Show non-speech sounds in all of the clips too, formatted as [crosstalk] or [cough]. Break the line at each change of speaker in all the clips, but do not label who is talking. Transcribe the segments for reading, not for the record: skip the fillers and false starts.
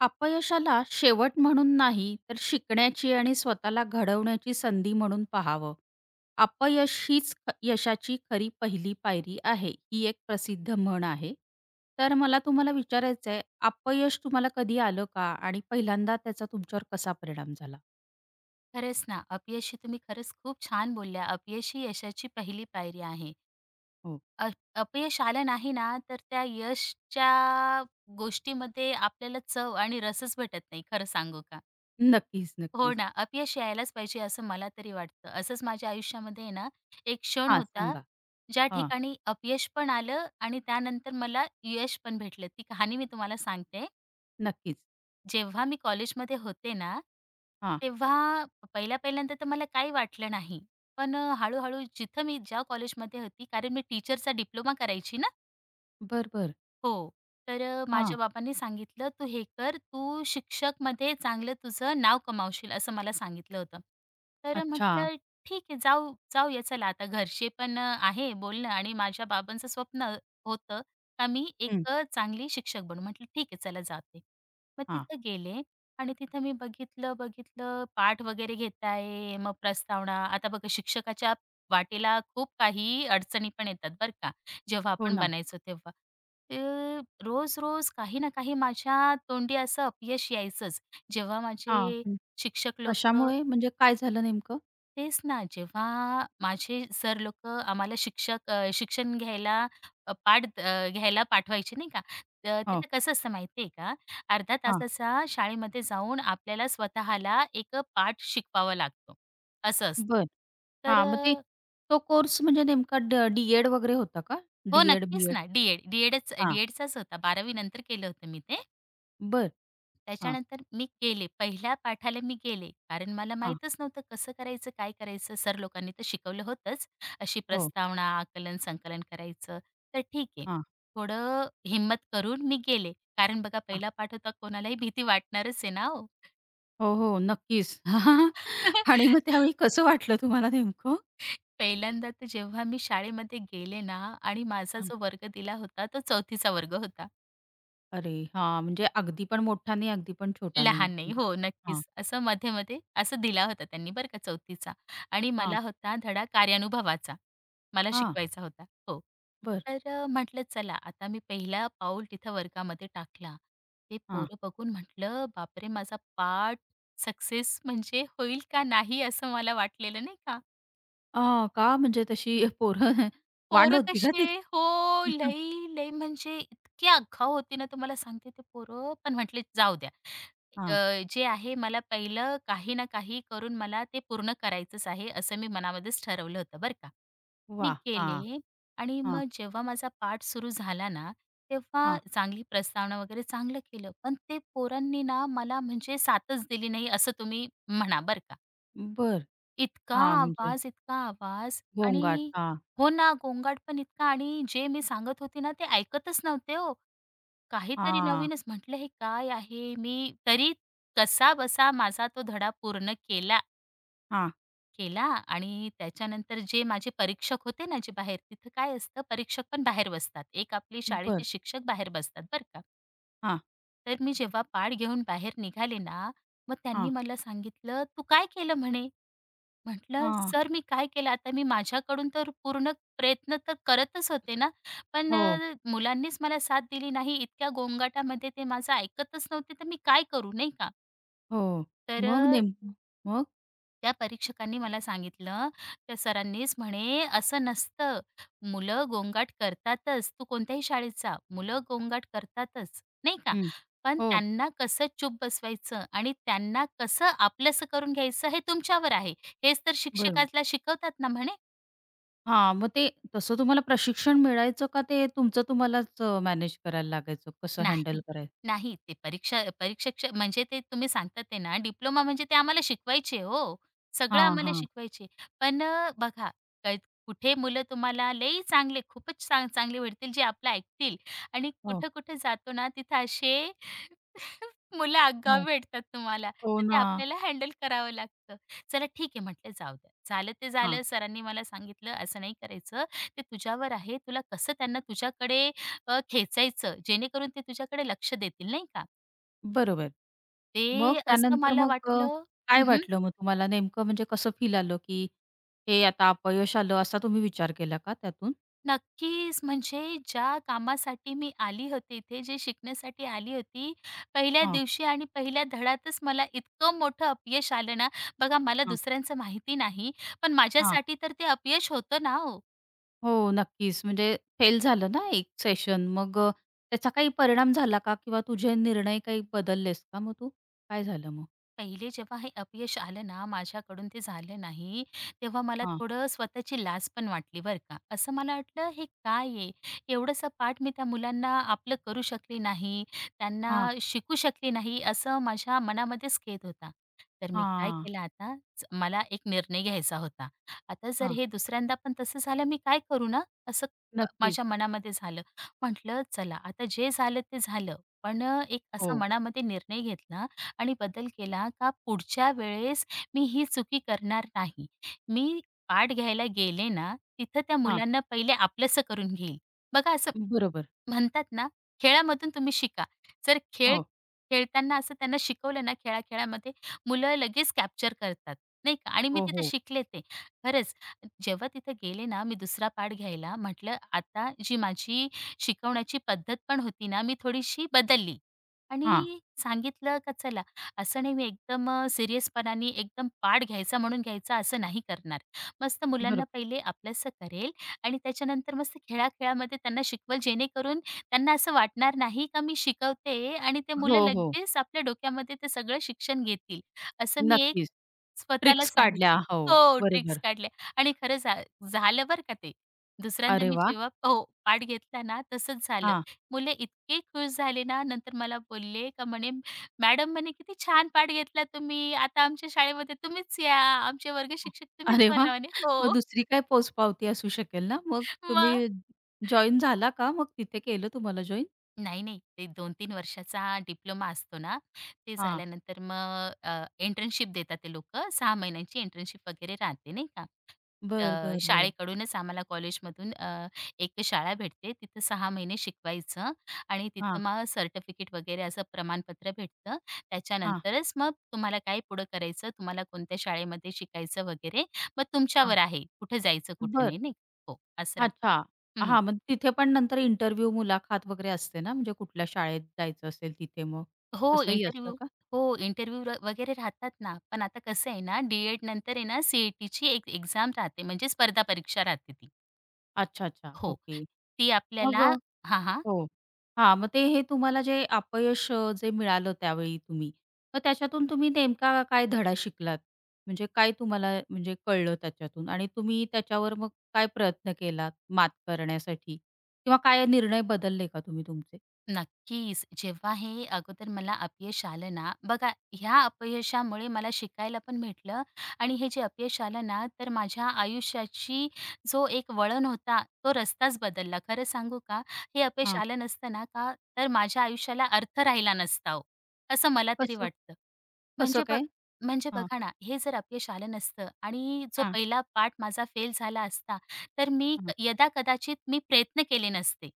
अपयशाला शेवट म्हणून नाही, तर शिकण्याची आणि स्वतःला घडवण्याची संधी म्हणून पाहावं. अपयश हीच यशाची खरी पहिली पायरी आहे, ही एक प्रसिद्ध म्हण आहे. तर मला तुम्हाला विचारायचं आहे, अपयश तुम्हाला कधी आलं का? आणि पहिल्यांदा त्याचा तुमच्यावर कसा परिणाम झाला?
खरंच ना, अपयशी तुम्ही खरंच खूप छान बोलल्या. अपयश ही यशाची पहिली पायरी आहे.
हो.
अ अपयश आलं नाही ना, तर त्या यशच्या गोष्टीमध्ये आपल्याला चव आणि रसच भेटत नाही, खरं सांगू का?
नक्कीच,
हो
नक्कीच.
ना, अपयश यायलाच पाहिजे असं मला तरी वाटतं. असंच माझ्या आयुष्यामध्ये आहे ना, एक क्षण
हां,
होता,
सांगा.
ज्या
हां,
ठिकाणी अपयश पण आलं आणि त्यानंतर मला यश पण भेटलं. ती कहाणी मी तुम्हाला सांगते.
नक्कीच.
जेव्हा मी कॉलेजमध्ये होते ना,
हां.
तेव्हा पहिल्यांदा तर मला काही वाटलं नाही. पण हळू-हळू जिथं मी ज्या कॉलेजमध्ये होती कारण मी टीचरचा डिप्लोमा करायची ना.
बरं, बरं.
हो. तर
हां.
माझ्या बाबांनी सांगितलं, "तू हे कर, तू शिक्षकमध्ये चांगलं तुझं नाव कमावशील," असं मला सांगितलं होतं. तर
अच्छा.
म्हटलं, "ठीक आहे, जाऊया चला आता." घरचे पण आहे बोलणं आणि माझ्या बाबांचं स्वप्न होतं का मी एक
हं.
चांगली शिक्षक बनू. म्हटलं, "ठीक आहे, चला जाते." मग
हां.
तिथं गेले आणि तिथं मी बघितलं, पाठ वगैरे घेताय, मग प्रस्तावना. आता बघा शिक्षकाच्या वाटेला खूप काही अडचणी पण येतात बरं का. जेव्हा
हो
आपण
ना.
बनायचो तेव्हा. तर रोज-रोज काही ना काही माझ्या तोंडी असं अपयश यायचंच. जेव्हा
हां.
माझे
हं.
शिक्षक लोकं
कशामुळे म्हणजे काय झालं नेमकं?
तेच ना, जेव्हा माझे सर लोकं आम्हाला शिक्षण घ्यायला पाठ घ्यायला पाठवायचे नाही का. तर
हो.
तिथं कसं असतं माहिती का, अर्ध्या
हां.
तासाचा शाळेमध्ये जाऊन आपल्याला स्वतःला एक पाठ शिकवावा लागतो, असं असतं.
बरं.
तर
हां, मग ते तो कोर्स म्हणजे नेमका डी-एड वगैरे होता का?
हो,
डी-एड,
नक्कीच
बी-एड?
ना, डी-एड,
हां,
डी होता. 12वी नंतर केलं होतं मी ते.
बरं. हां,
त्याच्यानंतर मी गेले. पहिल्या पाठाला मी गेले. कारण मला
हां.
माहीतच नव्हतं कसं करायचं, काय करायचं. सर लोकांनी तर शिकवलं होतंच, अशी
हो.
प्रस्तावना, आकलन, संकलन करायचं. तर ठीक आहे,
हां,
थोडं हिम्मत करून मी गेले. कारण बघा
हां.
पहिला पाठ होता, कोणालाही भीती वाटणारच आहे ना हो.
हो, हो, नक्कीच. [laughs] आणि मग
[laughs]
त्यावेळी कसं वाटलं तुम्हाला नेमकं?
पहिल्यांदा तर जेव्हा मी शाळेमध्ये गेले ना आणि माझा
हां.
जो वर्ग दिला होता, तो 4थीचा वर्ग होता.
अरे हां, म्हणजे अगदी पण मोठा नाही, अगदी पण छोटा नाही.
लहान नाही.
म्हणजे
हो,
हां,
नक्कीच. असं मध्ये-मध्ये असं दिला होता त्यांनी बरं का 4थीचा आणि
हां,
मला होता धडा कार्यानुभवाचा. मला
हां.
शिकवायचा होता. हो.
बरं.
तर म्हटलं चला आता मी पहिला पाऊल तिथं वर्गामध्ये टाकला. ते
हां.
पोरं बघून म्हटलं, "बापरे! माझा पाठ सक्सेस म्हणजे होईल का नाही?" असं मला वाटलेलं नाही का.
अ, का म्हणजे तशी पोरं वांड
पोरं
होती का
कसे
ती?
हो,
[laughs]
लई म्हणजे इतकी आगाऊ होती ना तुम्हाला सांगते ते पोरं, पण म्हटले जाऊ द्या.
हां.
जे आहे मला पहिलं काही ना काही करून मला ते पूर्ण करायचंच आहे, असं मी मनामध्येच ठरवलं होतं बरं का. मी
वाह! हां,
गेले आणि
हां,
मग जेव्हा माझा पाठ सुरू झाला ना, तेव्हा
हां.
चांगली प्रस्तावना वगैरे चांगलं केलं. पण ते पोरांनी ना मला म्हणजे साथच दिली नाही असं तुम्ही म्हणा बरं का.
बरं.
इतका
हां, म्हणजे
इतका आवाज
गोंगाट.
आणि
हां,
हो ना, गोंगाट पण इतका आणि जे मी सांगत होते ना, ते ऐकतच नव्हते हो. काहीतरी
हां,
नवीनच म्हटलं, "हे काय आहे?" मी तरी कसाबसा माझा तो धडा पूर्ण केला
हां.
केला आणि त्याच्यानंतर जे माझे परीक्षक होते ना, जे बाहेर तिथं काय असतं, परीक्षक पण बाहेर बसतात. एक आपले
बरं.
शाळेचे शिक्षक बाहेर बसतात, बरं का.
हां.
तर मी जेव्हा पाढ घेऊन बाहेर निघाले ना, मग त्यांनी
हां,
मला सांगितलं, "तू काय केलं?" म्हणे. म्हटलं,
हां.
"सर मी काय केलं आता? मी माझ्याकडून तर पूर्ण प्रयत्न तर करतच होते ना, पण
हो,
मुलांनीच मला साथ दिली नाही. इतक्या गोंगाटामध्ये ते माझं ऐकतच नव्हते, तर मी काय करू?" नाही का.
हो.
तर
मग नेमकं मग?
त्या परीक्षकांनी मला सांगितलं, त्या सरांनीच म्हणे, "असं नसतं. मुलं गोंगाट करतातच. तू कोणत्याही शाळेत जा, मुलं गोंगाट करतातच." नाही का.
हं.
पण
हो,
त्यांना कसं चूप बसवायचं आणि त्यांना कसं आपलंसं करून घ्यायचं हे तुमच्यावर आहे. हेच तर
बरोबर.
शिक्षकाला शिकवतात ना म्हणे.
हां, मग ते तसं तुम्हाला प्रशिक्षण मिळायचं का ते तुमचं तुम्हालाच मॅनेज करायला लागायचं? कसं हँडल
नाही,
करायचं?
नाही. ते परीक्षक म्हणजे ते तुम्ही सांगतात ते ना, डिप्लोमा म्हणजे ते आम्हाला शिकवायचे हो. सगळं
हां,
आम्हाला
हां.
शिकवायचे. पण बघा क कुठे मुलं तुम्हाला लई चांगले, खूपच चांगले भेटतील, जे आपलं ऐकतील आणि
हो,
कुठं-कुठं जातो ना, तिथं असे [laughs] मुलं आगाऊ
हो.
भेटतात तुम्हाला.
हो
तर ते
ना.
आपल्याला हँडल करावं लागतं. चला ठीक आहे म्हटलं जाऊ द्या. झालं ते
हां,
झालं. सरांनी मला सांगितलं असं नाही करायचं. ते तुझ्यावर आहे. तुला कसं त्यांना तुझ्याकडे खेचायचं जेणेकरून ते तुझ्याकडे लक्ष देतील नाही का?
बरोबर.
ते
मग
असं
त्यानंतर
मला
मग
वाटलं
काय वाटलं मग तुम्हाला नेमकं म्हणजे कसं फील आलं, की हे आता अपयश आलं असा तुम्ही विचार केला का त्यातून?
नक्कीच. म्हणजे ज्या कामासाठी मी आली होते इथे, जे शिकण्यासाठी आली होती, पहिल्या
हां,
दिवशी आणि पहिल्या धडातच मला इतकं मोठं अपयश आलं ना, बघा मला
हां,
दुसऱ्यांचं माहिती नाही, पण
हां.
माझ्यासाठी तर ते अपयश होतं ना हो.
हो, नक्कीच. म्हणजे फेल झालं ना एक सेशन, मग त्याचा काही परिणाम झाला का? किंवा तुझे निर्णय काही बदललेस का मग तू? काय झालं मग?
पहिले जेव्हा हे अपयश आलं ना, माझ्याकडून ते झालं नाही, तेव्हा मला
हां,
थोडं स्वतःची लाज पण वाटली बरं का. असं मला वाटलं हे काय आहे? एवढंसं पाठ मी त्या मुलांना आपलं करू शकले नाही, त्यांना
हां,
शिकू शकले नाही, असं माझ्या मनामध्येच खेद होता. तर मी काय
हां,
केलं आता, मला एक निर्णय घ्यायचा होता. आता जर
हां.
हे दुसऱ्यांदा पण तसं झालं मी काय करू ना? असं
नक्कीच.
माझ्या मनामध्ये झालं. म्हटलं चला आता जे झालं ते झालं. पण एक
हो.
असा मनामध्ये निर्णय घेतला आणि बदल केला का पुढच्या वेळेस मी ही चुकी करणार नाही. मी पाठ घ्यायला गेले ना, तिथं त्या
हां,
मुलांना पहिले आपलंसं करून घेईल. बघा असं
बरोबर.
म्हणतात ना, खेळामधून तुम्ही शिका. जर खेळ
हो,
खेळताना असं त्यांना शिकवलं ना, खेळा-खेळामध्ये मुलं लगेच कॅप्चर करतात, नाही का? आणि मी
हो,
तिथे
हो.
शिकले ते. खरंच जेव्हा तिथे गेले ना, मी दुसरा पाठ घ्यायला म्हटलं, आता जी माझी शिकवण्याची पद्धत पण होती ना, मी थोडीशी बदलली
हां,
आणि सांगितलं का चला, असं नाही मी एकदम पाठ घ्यायचा म्हणून घ्यायचा असं नाही करणार. मस्त मुलांना
बरोबर.
पहिले आपलंसं करेल आणि त्याच्यानंतर मस्त खेळा त्यांना शिकवेल जेणेकरून त्यांना असं वाटणार नाही का मी शिकवते आणि ते
हो,
मुलं
हो.
लगेच आपल्या डोक्यामध्ये ते सगळं शिक्षण घेतील. असं मी एक
नक्कीच.
स्वतःला
ट्रिक्स काढल्या.
सांगितलं.
हो,
हो,
बरोबर.
ट्रिक्स काढल्या आणि खरं झालं बरं का ते. दुसऱ्यांदा
अरे
मी
वाह!
जेव्हा हो, पाठ घेतला ना तसंच झालं.
हां.
मुलं इतके खुश झाले ना नंतर मला बोलले का म्हणे, "मॅडम म्हणे किती छान पाठ घेतला तुम्ही. आता आमच्या शाळेमध्ये तुम्हीच या. आमचे वर्ग शिक्षक तुम्हीच
अरे वाह!
बना" म्हणे.
मग
हो,
दुसरी काय पोचपावती असू शकेल ना? मग
मग
तुम्ही जॉइन झाला का? मग तिथे केलं तुम्हाला जॉइन?
नाही, नाही. ते 2-3 वर्षाचा डिप्लोमा असतो ना, ते
हां.
झाल्यानंतर मग इंटर्नशिप देतात ते लोकं. 6 महिन्यांची इंटर्नशिप वगैरे राहते नाही का.
बरं, बरं, बरं.
शाळेकडूनच आम्हाला कॉलेजमधून एक शाळा भेटते. तिथं 6 महिने शिकवायचं आणि
हां,
तिथं मग सर्टिफिकेट वगैरे असं प्रमाणपत्र भेटतं.
हां,
त्याच्यानंतरच मग तुम्हाला काय पुढं करायचं, तुम्हाला कोणत्या शाळेमध्ये शिकायचं वगैरे, मग
हां.
तुमच्यावर आहे. कुठं जायचं, कुठं
बरं.
नाही, नाही. हो, असं राहतं.
अच्छा. हां, मग तिथे पण नंतर इंटरव्ह्यू, मुलाखत वगैरे असते ना, म्हणजे कुठल्या शाळेत जायचं असेल तिथे मग?
हो,
तसंही असतं
इंटरव्ह्यू
का?
हो, इंटरव्ह्यू वगैरे राहतात ना. पण आता कसं आहे ना, डी नंतर आहे ना, सी-ई-टीची एक एक्झाम राहते म्हणजे स्पर्धा परीक्षा राहते ती.
अच्छा, अच्छा.
हो.
ओके.
ती
मग
आपल्याला हां, हां.
हो. हां, मग ते हे तुम्हाला जे अपयश जे मिळालं त्यावेळी तुम्ही, मग त्याच्यातून तुम्ही नेमका काय धडा शिकलात? म्हणजे काय तुम्हाला म्हणजे कळलं त्याच्यातून आणि तुम्ही त्याच्यावर मग काय प्रयत्न केलात मात करण्यासाठी? किंवा काय निर्णय बदलले का तुम्ही तुमचे?
नक्कीच. जेव्हा हे अगोदर मला अपयश आलं ना, बघा ह्या अपयशामुळे मला शिकायला पण भेटलं आणि हे जे अपयश आलं ना, तर माझ्या आयुष्याची जो एक वळण होता, तो रस्ताच बदलला. खरं सांगू का? हे अपयश
हां.
आलं नसतं ना का, तर माझ्या आयुष्याला अर्थ राहिला नसता ओ, असं मला तरी
कसं
वाटतं.
कसं
म्हणजे बघ
काय?
म्हणजे
हां,
बघा ना, हे जर अपयश आलं नसतं आणि जो
हां,
पहिला पाठ माझा फेल झाला असता, तर मी यदाकदाचित मी प्रयत्न केले नसते.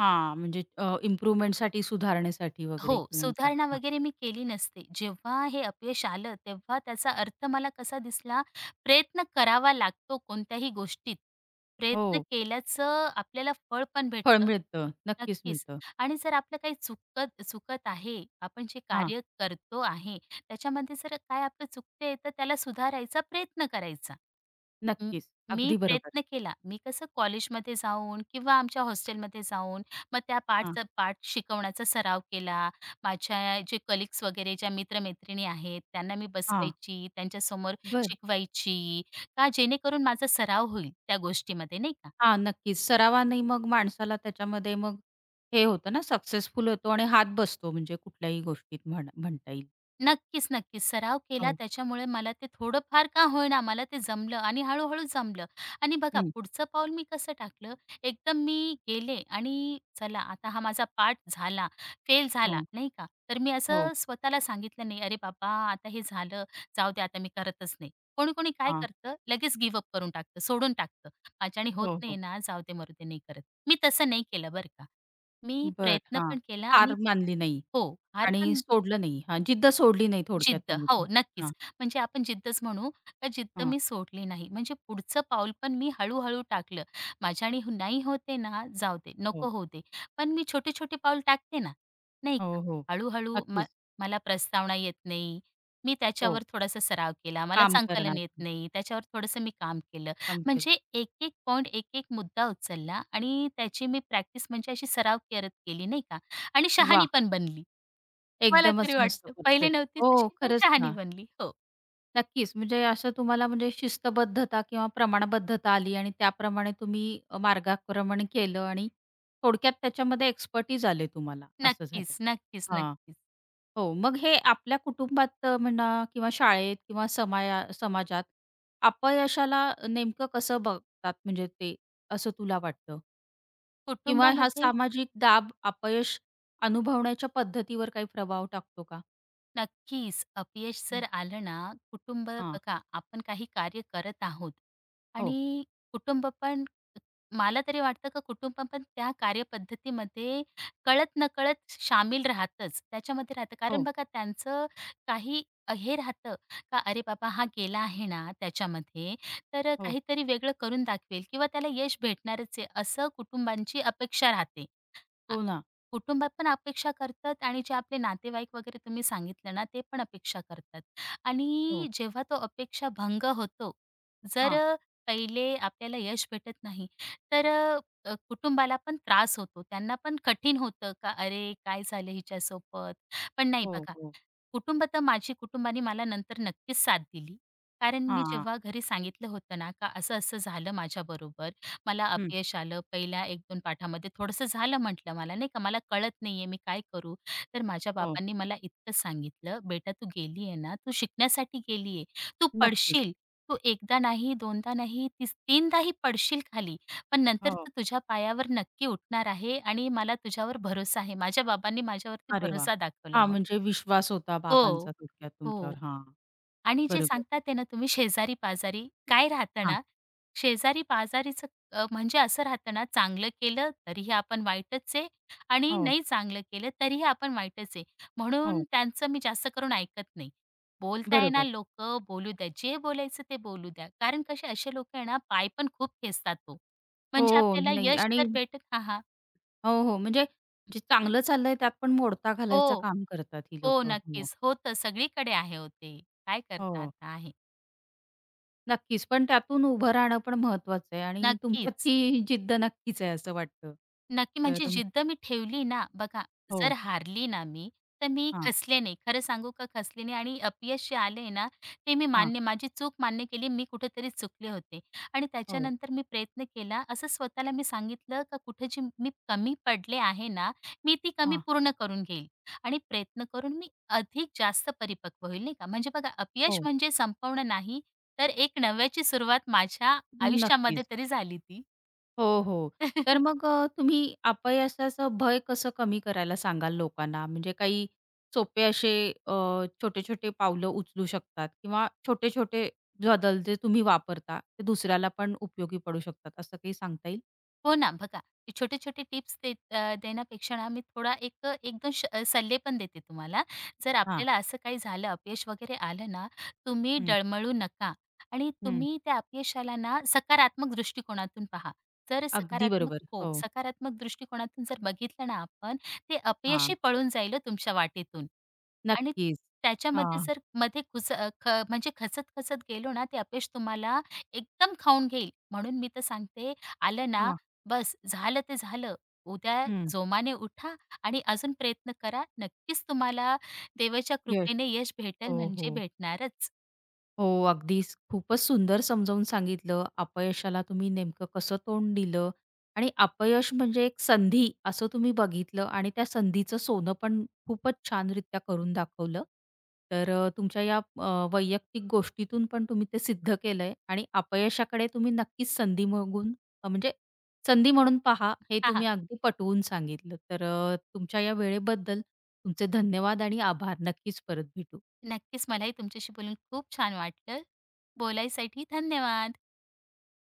हां, म्हणजे इम्प्रूव्हमेंटसाठी, सुधारणेसाठी
हो,
वगैरे किंवा काय?
सुधारणा
हां.
वगैरे मी केली नसते, जेव्हा हे अपयश आलं, तेव्हा त्याचा अर्थ मला कसा दिसला, प्रयत्न करावा लागतो कोणत्याही गोष्टीत. प्रयत्न
हो,
केल्याचं आपल्याला फळ पण
फळ
भेटतं.
मिळतं. नक्कीच
नक्कीच.
मिळतं.
आणि जर आपलं काही चुकत चुकत आहे, आपण जे
हां,
कार्य करतो आहे, त्याच्यामध्ये जर काय आपलं चुकतंय, तर त्याला सुधारायचा प्रयत्न करायचा. म
नक्कीच.
मी
अगदी बरोबर.
प्रयत्न केला. मी कसं कॉलेजमध्ये जाऊन किंवा आमच्या हॉस्टेलमध्ये जाऊन मग त्या
हां,
पाठचा पाठ शिकवण्याचा सराव केला. माझ्या जे कलीग्स वगैरे ज्या मित्र-मैत्रिणी आहेत, त्यांना मी
हां.
बसवायची, त्यांच्यासमोर
बरं.
शिकवायची का जेणेकरून माझा सराव होईल त्या गोष्टीमध्ये, नाही का?
हां, नक्कीच. सरावाने मग माणसाला त्याच्यामध्ये मग हे होतं ना, सक्सेसफुल होतो आणि हात बसतो म्हणजे कुठल्याही गोष्टीत म्हण म्हणता येईल.
नक्कीच, नक्कीच. सराव केला
हो.
त्याच्यामुळे मला ते थोडंफार का होईना मला ते जमलं आणि हळू-हळू जमलं. आणि बघा
हं.
पुढचं पाऊल मी कसं टाकलं, एकदम मी गेले आणि चला आता हा माझा पाठ झाला, फेल झाला,
हो,
नाही का? तर मी
हो.
असं स्वतःला सांगितलं नाही, "अरे बाबा, आता हे झालं, जाऊ दे आता मी करतच नाही." कोणी-कोणी काय
हां.
करतं, लगेच गिव्ह करून टाकतं, सोडून टाकतं. माझ्याने होत
हो,
नाही
हो.
ना, जाऊ दे, मरू दे, नाही करत. मी तसं नाही केलं बरं का. मी
बरं.
प्रयत्न
हां.
पण केला
हार
आणि
मानली नाही
हो, हार
आणि
पण
सोडलं नाही. हां, जिद्द सोडली नाही थोडक्यात
जिद्द. हो,
तुम्ही.
नक्कीच.
हां,
म्हणजे आपण जिद्दच म्हणू, का जिद्द
हां.
मी सोडली नाही. म्हणजे पुढचं पाऊल पण मी हळू-हळू टाकलं. माझ्याने नाही होते ना, जाऊ दे,
हो.
नको होते, दे. पण मी छोटे-छोटे पाऊल टाकते ना, नाही का?
हो, हो.
हळू-हळू म
नक्कीच.
मला प्रस्तावना येत नाही. मी
हो.
त्याच्यावर थोडासा सराव केला. मला
काम करणार.
संकलन येत नाही. त्याच्यावर थोडंसं मी काम केलं.
काम केलं.
म्हणजे एक-एक पॉइंट, एक-एक मुद्दा उचलला आणि त्याची मी प्रॅक्टिस म्हणजे अशी सराव करत गेली, नाही का? आणि शहाणी
वाह!
पण बनली. मला
एकदमच
तरी
मस्त
वाटतं. पहिले
परफेक्ट.
नव्हती
हो,
तशी, पण
खरंच
शहाणी
ना.
बनली. हो.
नक्कीच. म्हणजे असं तुम्हाला म्हणजे शिस्तबद्धता किंवा प्रमाणबद्धता आली आणि त्याप्रमाणे तुम्ही मार्गाक्रमण केलं आणि थोडक्यात त्याच्यामध्ये एक्सपर्टीज आले तुम्हाला, असं झालं.
नक्कीच, नक्कीच,
हां.
नक्कीच.
हो, मग हे आपल्या कुटुंबात म्हणा किंवा शाळेत किंवा समाजात अपयशाला नेमकं कसं बघतात म्हणजे ते, असं तुला वाटतं? किंवा हा
कुटुंबामध्ये
सामाजिक दाब, अपयश अनुभवण्याच्या पद्धतीवर काही प्रभाव टाकतो का?
नक्कीच अपयश
हं.
जर आलं ना, कुटुंब
हां.
बघा आपण काही कार्य करत आहोत
हो,
आणि कुटुंब पण मला तरी वाटतं का कुटुंब पण त्या कार्यपद्धतीमध्ये कळत-नकळत शामील राहतच. त्याच्यामध्ये राहतं. कारण
हो,
बघा त्यांचं काही हे राहतं का "अरे बाबा हा गेला आहे ना त्याच्यामध्ये, तर
हो.
काहीतरी वेगळं करून दाखवेल किंवा त्याला यश भेटणारच आहे." असं कुटुंबांची अपेक्षा राहते.
हो ना.
कुटुंबात पण अपेक्षा करतात आणि जे आपले नातेवाईक वगैरे तुम्ही सांगितलं ना, ते पण अपेक्षा करतात.
हो.
आणि जेव्हा तो अपेक्षा भंग होतो, जर
हां.
अ, पहिले आपल्याला यश भेटत नाही, तर अ, अ, कुटुंबाला पण त्रास होतो. त्यांना पण कठीण होतं का, "अरे, काय झालं हिच्यासोबत?" पण नाही
हो,
बघा,
हो.
कुटुंब तर माझी कुटुंबाने मला नंतर नक्कीच साथ दिली. कारण मी
हां,
जेव्हा घरी सांगितलं होतं ना, का असं-असं झालं माझ्याबरोबर, मला
हं.
अपयश आलं, पहिल्या 1-2 पाठामध्ये थोडंसं झालं म्हटलं मला नाही का, मला कळत नाहीये मी काय करू? तर माझ्या
हो.
बाबांनी मला इतकं सांगितलं, "बेटा तू गेली आहे ना, तू शिकण्यासाठी गेली आहे. तू
नक्कीच.
पडशील, तू एकदा नाही, दोनदा नाही, तीनदाही पडशील खाली, पण नंतर
हो.
तू तुझ्या पायावर नक्की उठणार आहे आणि मला तुझ्यावर भरोसा आहे." माझ्या बाबांनी माझ्यावरती
अरे वा,
भरोसा दाखवला
हां,
हो.
म्हणजे विश्वास होता बाबांचा
हो.
थोडक्यात तुमच्यावर.
हो.
हां,
आणि जे
बरोबर.
सांगतात आहे ना तुम्ही शेजारी-पाजारी, काय राहतं
हां.
ना, शेजारी-पाजारीचं म्हणजे असं राहतं ना, चांगलं केलं तरीही आपण वाईटच आहे आणि
हो,
नाही चांगलं केलं तरीही आपण वाईटच आहे. म्हणून
हो.
त्यांचं मी जास्त करून ऐकत नाही. बोलताय ना
बरोबर.
लोकं बोलू द्या. जे बोलायचं ते बोलू द्या. कारण कसे असे लोकं आहे ना, पाय पण खूप खेचतात हो. म्हणजे
हो,
आपल्याला
नाही
यश
आणि
जर भेटत हां, हां.
हो, हो. म्हणजे जे चांगलं चाललंय त्यात पण मोडता
हो,
घालायचं काम करतात ही
हो.
लोकं. हो,
नक्कीच. होतं. सगळीकडे आहे हो काय करता
हो.
आता आहे.
नक्कीच. पण त्यातून उभं राहणं पण महत्वाचं आहे आणि तुमच्यात
नक्कीच.
ती जिद्द नक्कीच आहे असं वाटतं.
नक्की.
तर
म्हणजे जिद्द मी ठेवली ना, बघा जर
हो.
हारली ना मी, तर मी
हां,
खसले नाही. खरं सांगू का खसले नाही आणि अपयश जे आले ना, ते मी
हां.
मान्य माझी चूक मान्य केली. मी कुठेतरी चुकले होते आणि
हो.
त्याच्यानंतर मी प्रयत्न केला. असं स्वतःला मी सांगितलं का कुठे जी मी कमी पडले आहे ना, मी ती कमी
हां.
पूर्ण करून घेईल आणि प्रयत्न करून मी अधिक जास्त परिपक्व होईल, नाही का. म्हणजे बघा अपयश
हो.
म्हणजे संपवणं नाही, तर एक नव्याची सुरुवात माझ्या आयुष्यामध्ये
नक्कीच.
तरी झाली ती.
हो, हो. तर
[laughs]
मग तुम्ही अपयशाचं भय कसं कमी करायला सांगाल लोकांना? म्हणजे काही सोपे असे अ, छोटे-छोटे पावलं उचलू शकतात किंवा छोटे-छोटे बदल जे तुम्ही वापरता, ते दुसऱ्याला पण उपयोगी पडू शकतात असं काही सांगता येईल?
हो ना, बघा, ते छोटे-छोटे टिप्स दे अ, देण्यापेक्षा ना, मी थोडा एक 1-2 सल्ले पण देते तुम्हाला. जर
हां.
आपल्याला असं काही झालं, अपयश वगैरे आलं ना, तुम्ही
हं,
डळमळू नका आणि
हं.
तुम्ही त्या अपयशाला ना, सकारात्मक दृष्टिकोनातून पहा.
अगदी बरोबर. हो.
सकारात्मक दृष्टिकोनातून जर बघितलं ना आपण, ते
हां.
अपयशही पळून जाईल हो तुमच्या वाटेतून. आणि
नक्कीच.
त्याच्यामध्ये
हां,
जर मध्ये खुच अ, ख म्हणजे खचत-खचत गेलो ना, ते अपयश तुम्हाला एकदम खाऊन घेईल. म्हणून मी तर सांगते, आलं ना
हां.
बस झालं ते झालं. उद्या
हं.
जोमाने उठा आणि अजून प्रयत्न करा. नक्कीच तुम्हाला देवाच्या
यश.
कृपेने यश भेटेल
हो, हो.
म्हणजे भेटणारच.
हो, अगदीच. खूपच सुंदर समजावून सांगितलं. अपयशाला तुम्ही नेमकं कसं तोंड दिलं आणि अपयश म्हणजे एक संधी असं तुम्ही बघितलं आणि त्या संधीचं सोनं पण खूपच छानरित्या करून दाखवलं. तर तुमच्या या वैयक्तिक गोष्टीतून पण तुम्ही ते सिद्ध केलंय आणि अपयशाकडे तुम्ही नक्कीच संधी मागून म्हणजे संधी म्हणून पहा, हे
हां,
तुम्ही
हां.
अगदी पटवून सांगितलं. तर तुमच्या या वेळेबद्दल तुमचे धन्यवाद आणि आभार. नक्कीच परत भेटू.
नक्कीच मलाही तुमच्याशी बोलून खूप छान वाटलं. बोलायसाठी धन्यवाद.